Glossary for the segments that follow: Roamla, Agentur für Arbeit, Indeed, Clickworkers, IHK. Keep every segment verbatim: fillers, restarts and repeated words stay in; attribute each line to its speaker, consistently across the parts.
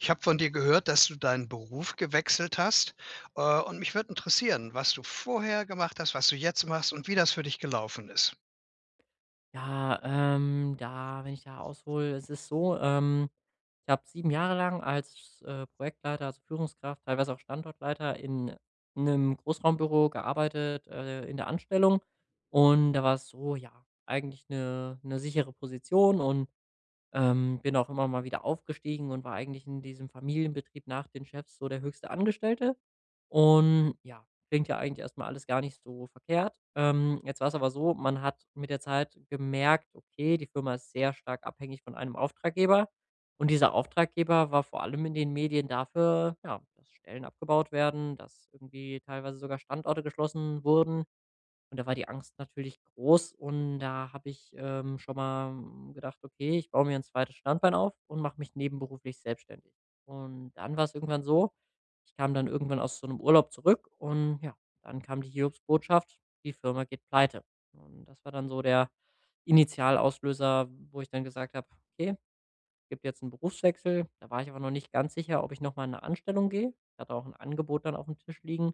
Speaker 1: Ich habe von dir gehört, dass du deinen Beruf gewechselt hast, äh, und mich würde interessieren, was du vorher gemacht hast, was du jetzt machst und wie das für dich gelaufen ist?
Speaker 2: Ja, ähm, da wenn ich da aushole, es ist so, ähm, ich habe sieben Jahre lang als, äh, Projektleiter, also Führungskraft, teilweise auch Standortleiter in einem Großraumbüro gearbeitet, äh, in der Anstellung. Und da war es so, ja, eigentlich eine eine sichere Position und, ähm, bin auch immer mal wieder aufgestiegen und war eigentlich in diesem Familienbetrieb nach den Chefs so der höchste Angestellte. Und ja, klingt ja eigentlich erstmal alles gar nicht so verkehrt. Ähm, jetzt war es aber so, man hat mit der Zeit gemerkt, okay, die Firma ist sehr stark abhängig von einem Auftraggeber. Und dieser Auftraggeber war vor allem in den Medien dafür, ja, dass Stellen abgebaut werden, dass irgendwie teilweise sogar Standorte geschlossen wurden. Und da war die Angst natürlich groß und da habe ich, ähm, schon mal, hm, gedacht: „Okay, ich baue mir ein zweites Standbein auf und mache mich nebenberuflich selbstständig.“ Und dann war es irgendwann so, ich kam dann irgendwann aus so einem Urlaub zurück und ja, dann kam die Hiobsbotschaft: Die Firma geht pleite. Und das war dann so der Initialauslöser, wo ich dann gesagt habe: „Okay, gibt jetzt einen Berufswechsel. Da war ich aber noch nicht ganz sicher, ob ich noch mal in eine Anstellung gehe. Ich hatte auch ein Angebot dann auf dem Tisch liegen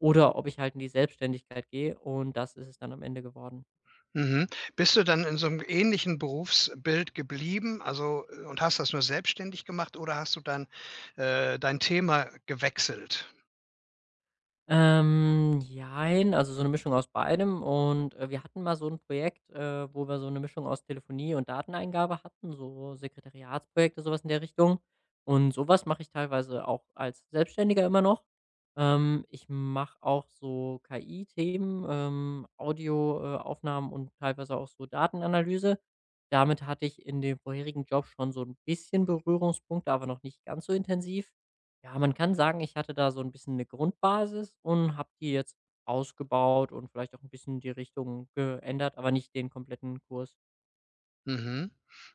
Speaker 2: oder ob ich halt in die Selbstständigkeit gehe und das ist es dann am Ende geworden.
Speaker 1: Mhm. Bist du dann in so 'nem ähnlichen Berufsbild geblieben, also, äh, und hast das nur selbstständig gemacht oder hast du dann, äh, dein Thema gewechselt?
Speaker 2: Ähm, jein, also so eine Mischung aus beidem und, äh, wir hatten mal so ein Projekt, äh, wo wir so eine Mischung aus Telefonie und Dateneingabe hatten, so Sekretariatsprojekte, sowas in der Richtung. Und sowas mache ich teilweise auch als Selbstständiger immer noch. Ähm, ich mache auch so K I-Themen, ähm, Audio äh, Aufnahmen und teilweise auch so Datenanalyse. Damit hatte ich in dem vorherigen Job schon so ein bisschen Berührungspunkte, aber noch nicht ganz so intensiv. Ja, man kann sagen, ich hatte da so ein bisschen eine Grundbasis und habe die jetzt ausgebaut und vielleicht auch ein bisschen die Richtung geändert, aber nicht den kompletten Kurs.
Speaker 1: Mhm.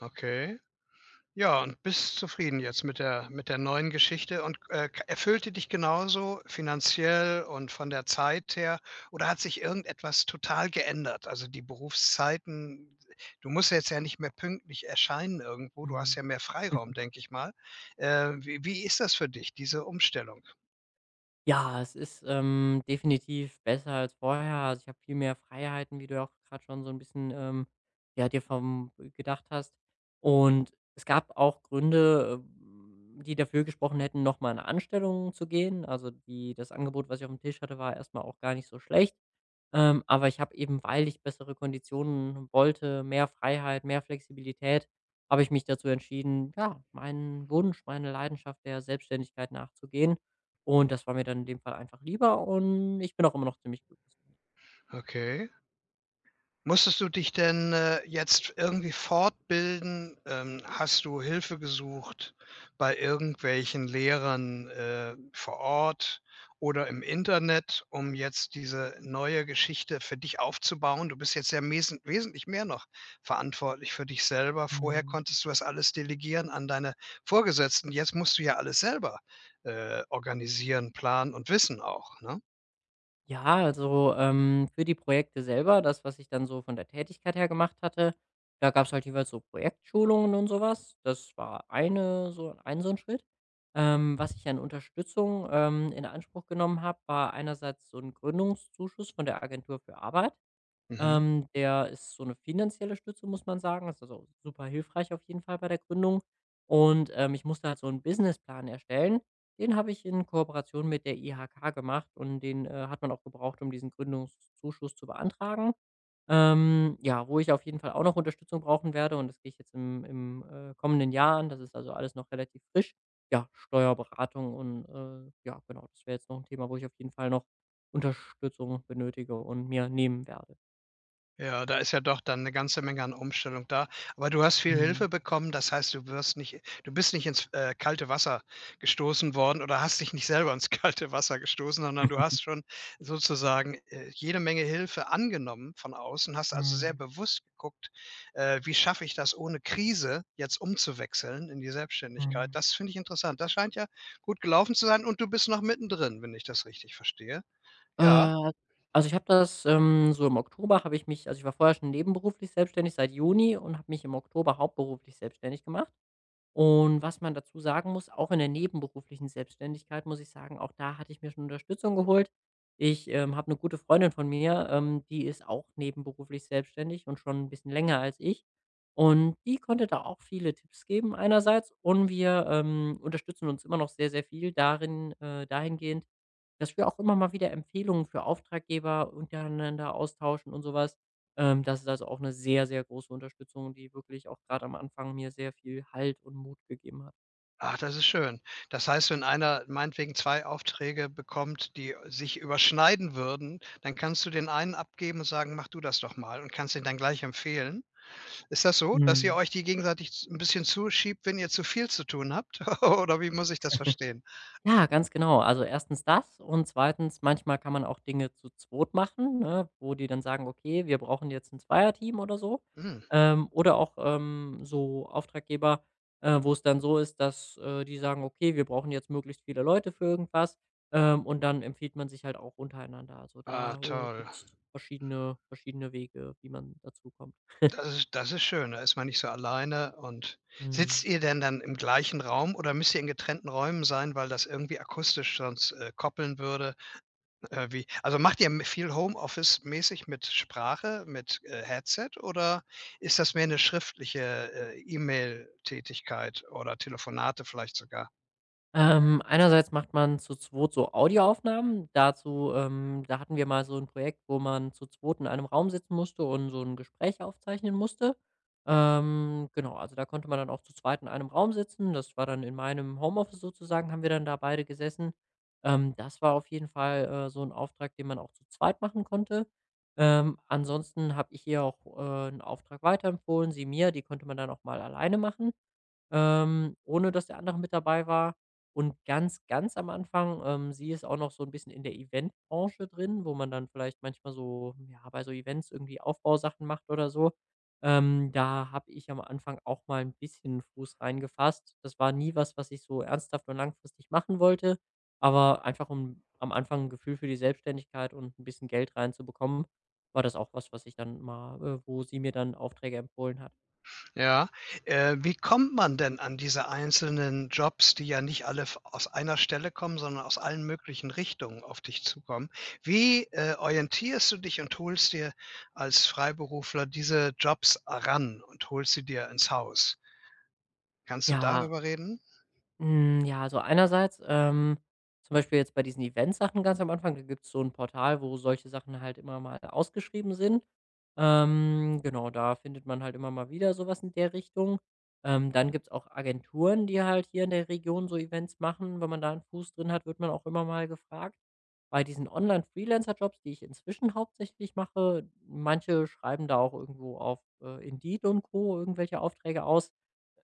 Speaker 1: Okay. Ja, und bist zufrieden jetzt mit der mit der neuen Geschichte und, äh, k erfüllte dich genauso finanziell und von der Zeit her oder hat sich irgendetwas total geändert? Also, die Berufszeiten, du musst ja jetzt ja nicht mehr pünktlich erscheinen irgendwo, du hast
Speaker 2: Mhm.
Speaker 1: ja mehr Freiraum, denke ich mal. Äh, wie wie ist das für dich, diese Umstellung?
Speaker 2: Ja, es ist, ähm, definitiv besser als vorher. Also, ich habe viel mehr Freiheiten, wie du ja auch gerade schon so ein bisschen, ähm, ja, dir vom äh, gedacht hast. Und es gab auch Gründe, ähm, die dafür gesprochen hätten, noch mal in 'ne Anstellung zu gehen. Also, die das Angebot, was ich auf dem Tisch hatte, war erst mal auch gar nicht so schlecht. Ähm, aber ich habe eben, weil ich bessere Konditionen wollte, mehr Freiheit, mehr Flexibilität, habe ich mich dazu entschieden, ja, meinen Wunsch, meine Leidenschaft der Selbstständigkeit nachzugehen. Und das war mir dann in dem Fall einfach lieber und ich bin auch immer noch ziemlich glücklich
Speaker 1: Okay. Musstest du dich denn, äh, jetzt irgendwie fortbilden? Ähm, hast du Hilfe gesucht bei irgendwelchen Lehrern, äh, vor Ort oder im Internet, um jetzt diese neue Geschichte für dich aufzubauen? Du bist jetzt ja mesen wesentlich mehr noch verantwortlich für dich selber. Vorher
Speaker 2: damit.
Speaker 1: konntest du das alles delegieren an deine Vorgesetzten. Jetzt musst du ja alles selber, äh, organisieren, planen und wissen auch, ne?
Speaker 2: Ja, also, ähm, für die Projekte selber, das, was ich dann so von der Tätigkeit her gemacht hatte, da gab es halt jeweils so Projektschulungen und sowas. Das war eine so ein so ein Schritt. Ähm, was ich an Unterstützung, ähm, in Anspruch genommen habe, war einerseits so ein Gründungszuschuss von der Agentur für Arbeit.
Speaker 1: Mhm.
Speaker 2: Ähm, der ist so eine finanzielle Stütze, muss man sagen. Ist also super hilfreich auf jeden Fall bei der Gründung. Und, ähm, ich musste halt so einen Businessplan erstellen. Den habe ich in Kooperation mit der I H K gemacht und den, äh, hat man auch gebraucht, um diesen Gründungszuschuss zu beantragen. Ähm, ja, wo ich auf jeden Fall auch noch Unterstützung brauchen werde und das gehe ich jetzt im im, äh, kommenden Jahr an. Das ist also alles noch relativ frisch. Ja, Steuerberatung und, äh, ja, genau, das wäre jetzt noch ein Thema, wo ich auf jeden Fall noch Unterstützung benötige und mir nehmen werde.
Speaker 1: Ja, da ist ja doch dann eine ganze Menge an Umstellung da. Aber du hast viel
Speaker 2: Mhm.
Speaker 1: Hilfe bekommen, das heißt, du wirst nicht du bist nicht ins, äh, kalte Wasser gestoßen worden oder hast dich nicht selber ins kalte Wasser gestoßen, sondern du hast schon sozusagen, äh, jede Menge Hilfe angenommen von außen, hast also sehr
Speaker 2: Mhm.
Speaker 1: bewusst geguckt, äh: „Wie schaffe ich das, ohne Krise jetzt umzuwechseln in die Selbstständigkeit?“
Speaker 2: Mhm.
Speaker 1: Das finde ich interessant. Das scheint ja gut gelaufen zu sein und du bist noch mittendrin, wenn ich das richtig verstehe. Ja.
Speaker 2: Äh, also, ich habe das, ähm so im Oktober habe ich mich also, ich war vorher schon nebenberuflich selbstständig seit Juni und habe mich im Oktober hauptberuflich selbstständig gemacht. Und was man dazu sagen muss, auch in der nebenberuflichen Selbstständigkeit muss ich sagen, auch da hatte ich mir schon Unterstützung geholt. Ich, ähm, habe eine gute Freundin von mir, ähm, die ist auch nebenberuflich selbstständig und schon ein bisschen länger als ich. Und die konnte da auch viele Tipps geben einerseits und wir, ähm, unterstützen uns immer noch sehr, sehr viel darin äh, dahingehend, dass wir auch immer mal wieder Empfehlungen für Auftraggeber untereinander austauschen und sowas. Ähm, das ist also auch eine sehr, sehr große Unterstützung, die wirklich auch gerade am Anfang mir sehr viel Halt und Mut gegeben hat.
Speaker 1: Ach, das ist schön. Das heißt, wenn einer meinetwegen zwei Aufträge bekommt, die sich überschneiden würden, dann kannst du den einen abgeben und sagen: „Mach du das doch mal“ und kannst ihn dann gleich empfehlen. Ist das so, dass ihr
Speaker 2: Mhm.
Speaker 1: euch die gegenseitig z 'n bisschen zuschiebt, wenn ihr zu viel zu tun habt? Oder wie muss ich das verstehen?
Speaker 2: Ja, ganz genau. Also, erstens das und zweitens manchmal kann man auch Dinge zu zweit machen, ne, wo die dann sagen: „Okay, wir brauchen jetzt 'n Zweierteam“ oder so.
Speaker 1: Hm,
Speaker 2: Ähm, oder auch, ähm, so Auftraggeber, äh, wo es dann so ist, dass, äh, die sagen: „Okay, wir brauchen jetzt möglichst viele Leute für irgendwas“, ähm, und dann empfiehlt man sich halt auch untereinander. Also,
Speaker 1: ah,
Speaker 2: da, äh,
Speaker 1: toll.
Speaker 2: gibt's verschiedene verschiedene Wege, wie man dazu kommt.
Speaker 1: Das ist das ist schön, da ist man nicht so alleine und sitzt
Speaker 2: Mhm.
Speaker 1: ihr denn dann im gleichen Raum oder müsst ihr in getrennten Räumen sein, weil das irgendwie akustisch sonst, äh, koppeln würde? Äh, wie also macht ihr m viel Homeoffice-mäßig mit Sprache, mit, äh, Headset oder ist das mehr eine schriftliche, äh, E-Mail-Tätigkeit oder Telefonate vielleicht sogar?
Speaker 2: Ähm, einerseits macht man zu zweit so Audioaufnahmen. Dazu ähm, da hatten wir mal so ein Projekt, wo man zu zweit in einem Raum sitzen musste und so ein Gespräch aufzeichnen musste. Ähm, genau, also da konnte man dann auch zu zweit in einem Raum sitzen. Das war dann in meinem Homeoffice sozusagen, haben wir dann da beide gesessen. Ähm, das war auf jeden Fall, äh, so ein Auftrag, den man auch zu zweit machen konnte. Ähm, ansonsten habe ich ihr auch, äh, 'n Auftrag weiterempfohlen, sie mir. Die konnte man dann auch mal alleine machen. Ähm, ohne dass der andere mit dabei war. Und ganz, ganz am Anfang, ähm, sie ist auch noch so ein bisschen in der Eventbranche drin, wo man dann vielleicht manchmal so ja, bei so Events irgendwie Aufbausachen macht oder so. Ähm, da habe ich am Anfang auch mal ein bisschen Fuß reingefasst. Das war nie was, was ich so ernsthaft und langfristig machen wollte, aber einfach um am Anfang ein Gefühl für die Selbstständigkeit und ein bisschen Geld reinzubekommen, war das auch was, was ich dann mal äh, wo sie mir dann Aufträge empfohlen hat.
Speaker 1: Ja. Äh, wie kommt man denn an diese einzelnen Jobs, die ja nicht alle v aus einer Stelle kommen, sondern aus allen möglichen Richtungen auf dich zukommen? Wie, äh, orientierst du dich und holst dir als Freiberufler diese Jobs ran und holst sie dir ins Haus? Kannst du
Speaker 2: Ja,
Speaker 1: darüber reden?
Speaker 2: Hm, ja, also einerseits, ähm, zum Beispiel jetzt bei diesen Eventsachen ganz am Anfang, da gibt's so ein Portal, wo solche Sachen halt immer mal ausgeschrieben sind. Ähm, genau, da findet man halt immer mal wieder sowas in der Richtung. Ähm, dann gibt's auch Agenturen, die halt hier in der Region so Events machen. Wenn man da einen Fuß drin hat, wird man auch immer mal gefragt. Bei diesen Online-Freelancer-Jobs, die ich inzwischen hauptsächlich mache manche schreiben da auch irgendwo auf, äh, Indeed und Co. irgendwelche Aufträge aus.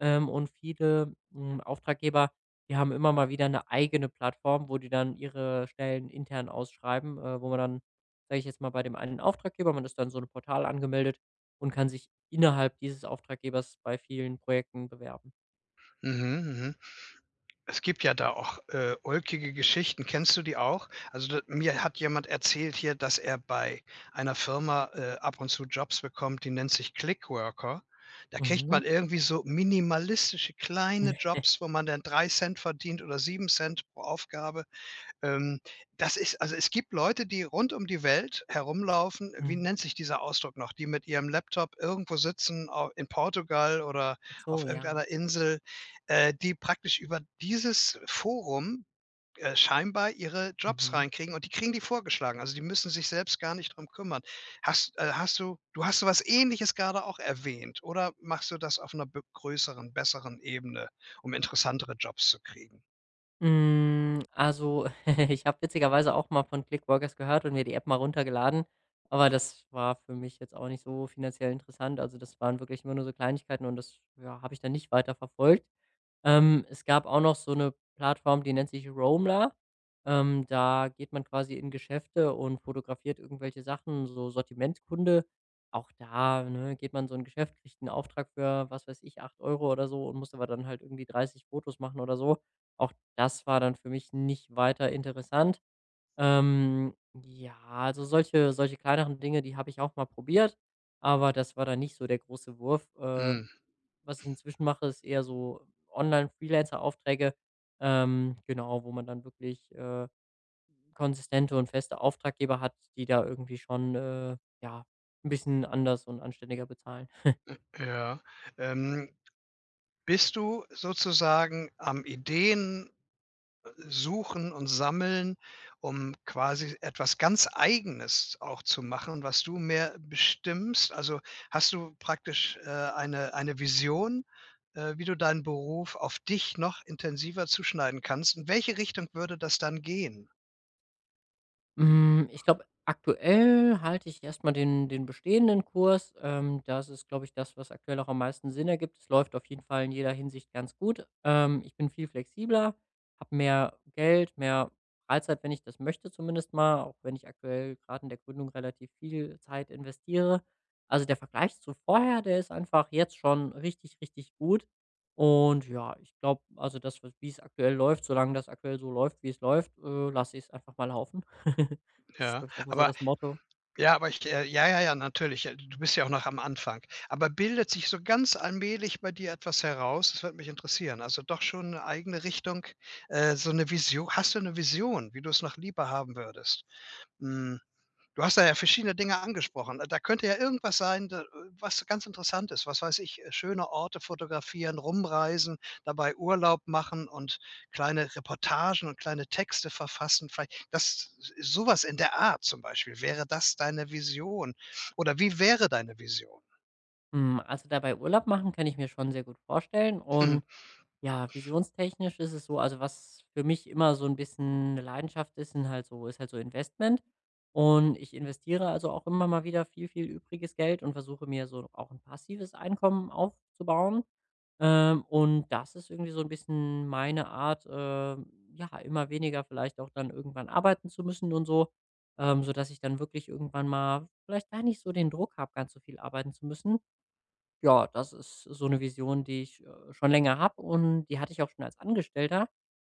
Speaker 2: Ähm, und viele, hm, Auftraggeber, die haben immer mal wieder eine eigene Plattform, wo die dann ihre Stellen intern ausschreiben, äh, wo man dann, sage ich jetzt mal, bei dem einen Auftraggeber man ist dann so ein Portal angemeldet und kann sich innerhalb dieses Auftraggebers bei vielen Projekten bewerben.
Speaker 1: Mhm, mhm. Es gibt ja da auch, äh, ulkige Geschichten. Kennst du die auch? Also, da mir hat jemand erzählt hier, dass er bei einer Firma, äh, ab und zu Jobs bekommt, die nennt sich Clickworker. Da kriegt
Speaker 2: Mhm.
Speaker 1: man irgendwie so minimalistische kleine Jobs, wo man dann drei Cent verdient oder sieben Cent pro Aufgabe. Ähm, das ist also, es gibt Leute, die rund um die Welt herumlaufen. Wie
Speaker 2: Mhm.
Speaker 1: nennt sich dieser Ausdruck noch? Die mit ihrem Laptop irgendwo sitzen, au in Portugal oder
Speaker 2: Ach
Speaker 1: auf
Speaker 2: so, ja.
Speaker 1: irgendeiner Insel, äh, die praktisch über dieses Forum, äh, scheinbar ihre Jobs
Speaker 2: Mhm.
Speaker 1: reinkriegen und die kriegen die vorgeschlagen. Also, die müssen sich selbst gar nicht drum kümmern. Hast äh, hast du du hast so was Ähnliches gerade auch erwähnt oder machst du das auf einer be größeren, besseren Ebene, um interessantere Jobs zu kriegen?
Speaker 2: Hm, also, ich habe witzigerweise auch mal von Clickworkers gehört und mir die App mal runtergeladen, aber das war für mich jetzt auch nicht so finanziell interessant. Also, das waren wirklich immer nur so Kleinigkeiten und das, ja, habe ich dann nicht weiter verfolgt. Ähm, es gab auch noch so eine Plattform, die nennt sich Roamla. Ähm, da geht man quasi in Geschäfte und fotografiert irgendwelche Sachen, so Sortimentskunde. Auch da, ne, geht man in so 'n Geschäft, kriegt einen Auftrag für, was weiß ich, acht Euro oder so und muss aber dann halt irgendwie dreißig Fotos machen oder so. Auch das war dann für mich nicht weiter interessant. Ähm, ja, also solche solche kleineren Dinge, die habe ich auch mal probiert, aber das war dann nicht so der große Wurf. Ähm
Speaker 1: Mhm,
Speaker 2: was ich inzwischen mache, ist eher so Online-Freelancer-Aufträge, ähm, genau, wo man dann wirklich, äh, konsistente und feste Auftraggeber hat, die da irgendwie schon, äh, ja, ein bisschen anders und anständiger bezahlen.
Speaker 1: ja. Ähm, bist du sozusagen am Ideen suchen und sammeln, um quasi etwas ganz Eigenes auch zu machen, was du mehr bestimmst? Also, hast du praktisch, äh, eine eine Vision, äh, wie du deinen Beruf auf dich noch intensiver zuschneiden kannst? In welche Richtung würde das dann gehen?
Speaker 2: Hm, ich glaube, aktuell halte ich erstmal den den bestehenden Kurs. Ähm, das ist, glaube ich, das, was aktuell auch am meisten Sinn ergibt. Es läuft auf jeden Fall in jeder Hinsicht ganz gut. Ähm, ich bin viel flexibler, habe mehr Geld, mehr Freizeit, wenn ich das möchte zumindest mal, auch wenn ich aktuell gerade in der Gründung relativ viel Zeit investiere. Also, der Vergleich zu vorher, der ist einfach jetzt schon richtig, richtig gut. Und ja, ich glaube, also, das, was wie es aktuell läuft solange das aktuell so läuft, wie es läuft, äh, lasse ich es einfach mal laufen. Das ist,
Speaker 1: Ja,
Speaker 2: glaube ich, einfach so
Speaker 1: aber
Speaker 2: das Motto.
Speaker 1: Ja, aber ich äh, ja, ja, ja, natürlich. Äh, du bist ja auch noch am Anfang. Aber bildet sich so ganz allmählich bei dir etwas heraus? Das würde mich interessieren. Also doch schon eine eigene Richtung, äh, so eine Vision. Hast du eine Vision, wie du es noch lieber haben würdest? Hm. Du hast da ja verschiedene Dinge angesprochen. Da könnte ja irgendwas sein, da was ganz interessant ist. Was weiß ich, äh, schöne Orte fotografieren, rumreisen, dabei Urlaub machen und kleine Reportagen und kleine Texte verfassen. Vielleicht das Sowas in der Art zum Beispiel. Wäre das deine Vision? Oder wie wäre deine Vision?
Speaker 2: Hm, also, dabei Urlaub machen kann ich mir schon sehr gut vorstellen und ja, visionstechnisch ist es so also, was für mich immer so ein bisschen 'ne Leidenschaft ist, sind halt so ist halt so Investment. Und ich investiere also auch immer mal wieder viel, viel übriges Geld und versuche mir so auch 'n passives Einkommen aufzubauen. Ähm, und das ist irgendwie so 'n bisschen meine Art, ähm, ja, immer weniger vielleicht auch dann irgendwann arbeiten zu müssen und so, ähm, sodass ich dann wirklich irgendwann mal vielleicht gar nicht so den Druck habe, ganz so viel arbeiten zu müssen. Ja, das ist so eine Vision, die ich, äh, schon länger habe und die hatte ich auch schon als Angestellter.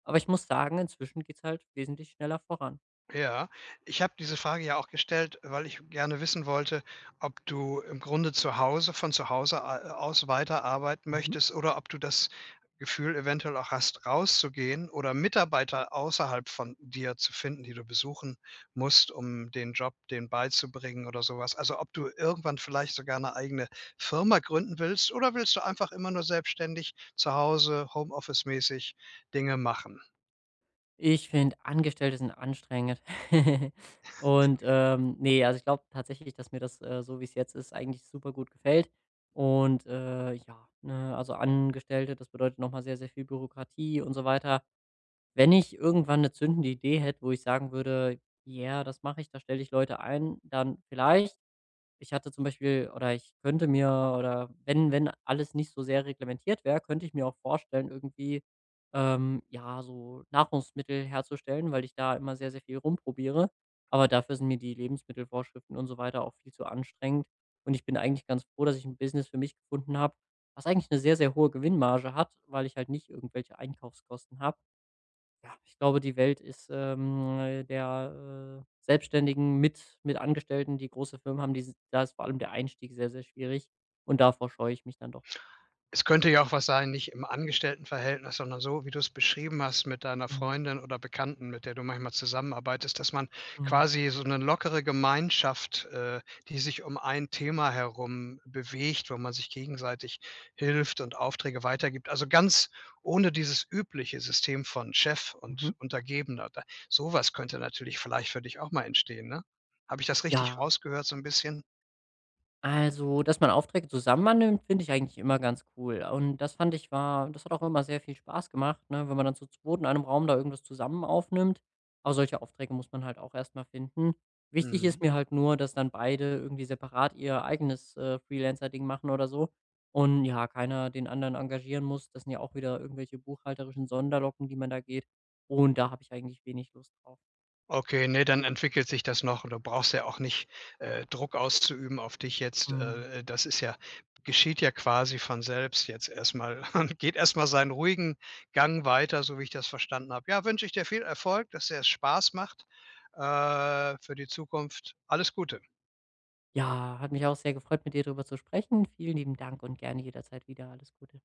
Speaker 2: Aber ich muss sagen, inzwischen geht's halt wesentlich schneller voran.
Speaker 1: Ja, ich habe diese Frage ja auch gestellt, weil ich gerne wissen wollte, ob du im Grunde zu Hause von zu Hause a aus weiterarbeiten
Speaker 2: Mhm.
Speaker 1: möchtest oder ob du das Gefühl eventuell auch hast, rauszugehen oder Mitarbeiter außerhalb von dir zu finden, die du besuchen musst, um den Job denen beizubringen oder sowas. Also, ob du irgendwann vielleicht sogar eine eigene Firma gründen willst oder willst du einfach immer nur selbstständig zu Hause homeoffice-mäßig Dinge machen?
Speaker 2: Ich finde, Angestellte sind anstrengend. Und, ähm, ne, also, ich glaube tatsächlich, dass mir das, äh, so wie es jetzt ist, eigentlich super gut gefällt. Und, äh, ja, ne, also, Angestellte, das bedeutet nochmal sehr, sehr viel Bürokratie und so weiter. Wenn ich irgendwann eine zündende Idee hätte, wo ich sagen würde: „Ja, yeah, das mache ich, da stelle ich Leute ein“, dann vielleicht. Ich hatte zum Beispiel oder ich könnte mir oder wenn wenn alles nicht so sehr reglementiert wäre, könnte ich mir auch vorstellen, irgendwie, ähm, ja, so Nahrungsmittel herzustellen, weil ich da immer sehr, sehr viel rumprobiere. Aber dafür sind mir die Lebensmittelvorschriften und so weiter auch viel zu anstrengend. Und ich bin eigentlich ganz froh, dass ich ein Business für mich gefunden habe, was eigentlich eine sehr, sehr hohe Gewinnmarge hat, weil ich halt nicht irgendwelche Einkaufskosten habe. Ja, ich glaube, die Welt ist, ähm, äh, der, äh, Selbstständigen mit mit Angestellten, die große Firmen haben, die s da ist vor allem der Einstieg sehr, sehr schwierig und davor scheue ich mich dann doch.
Speaker 1: Es könnte ja auch was sein, nicht im Angestelltenverhältnis, sondern so, wie du es beschrieben hast mit deiner
Speaker 2: Mhm,
Speaker 1: Freundin oder Bekannten, mit der du manchmal zusammenarbeitest, dass man
Speaker 2: mhm,
Speaker 1: quasi so eine lockere Gemeinschaft, äh, die sich um ein Thema herum bewegt, wo man sich gegenseitig hilft und Aufträge weitergibt. Also, ganz ohne dieses übliche System von Chef
Speaker 2: mhm.
Speaker 1: und Untergebener. Da so könnte natürlich vielleicht für dich auch mal entstehen, ne? Habe ich das richtig
Speaker 2: Ja.
Speaker 1: rausgehört so ein bisschen?
Speaker 2: Also, dass man Aufträge zusammen annimmt, finde ich eigentlich immer ganz cool. Und das fand ich war das hat auch immer sehr viel Spaß gemacht, ne, wenn man dann zu zweit in einem Raum da irgendwas zusammen aufnimmt. Aber solche Aufträge muss man halt auch erstmal finden. Wichtig ist
Speaker 1: Mhm.
Speaker 2: mir halt nur, dass dann beide irgendwie separat ihr eigenes, äh, Freelancer-Ding machen oder so und ja, keiner den anderen engagieren muss. Das sind ja auch wieder irgendwelche buchhalterischen Sonderlocken, die man da geht. Und da habe ich eigentlich wenig Lust drauf.
Speaker 1: Okay, nee, dann entwickelt sich das noch und du brauchst ja auch nicht, äh, Druck auszuüben auf dich jetzt.
Speaker 2: Mhm.
Speaker 1: Äh, das ist ja geschieht ja quasi von selbst jetzt erstmal. Und geht erstmal seinen ruhigen Gang weiter, so wie ich das verstanden habe. Ja, wünsche ich dir viel Erfolg, dass dir es Spaß macht, äh, für die Zukunft. Alles Gute.
Speaker 2: Ja, hat mich auch sehr gefreut, mit dir darüber zu sprechen. Vielen lieben Dank und gerne jederzeit wieder. Alles Gute.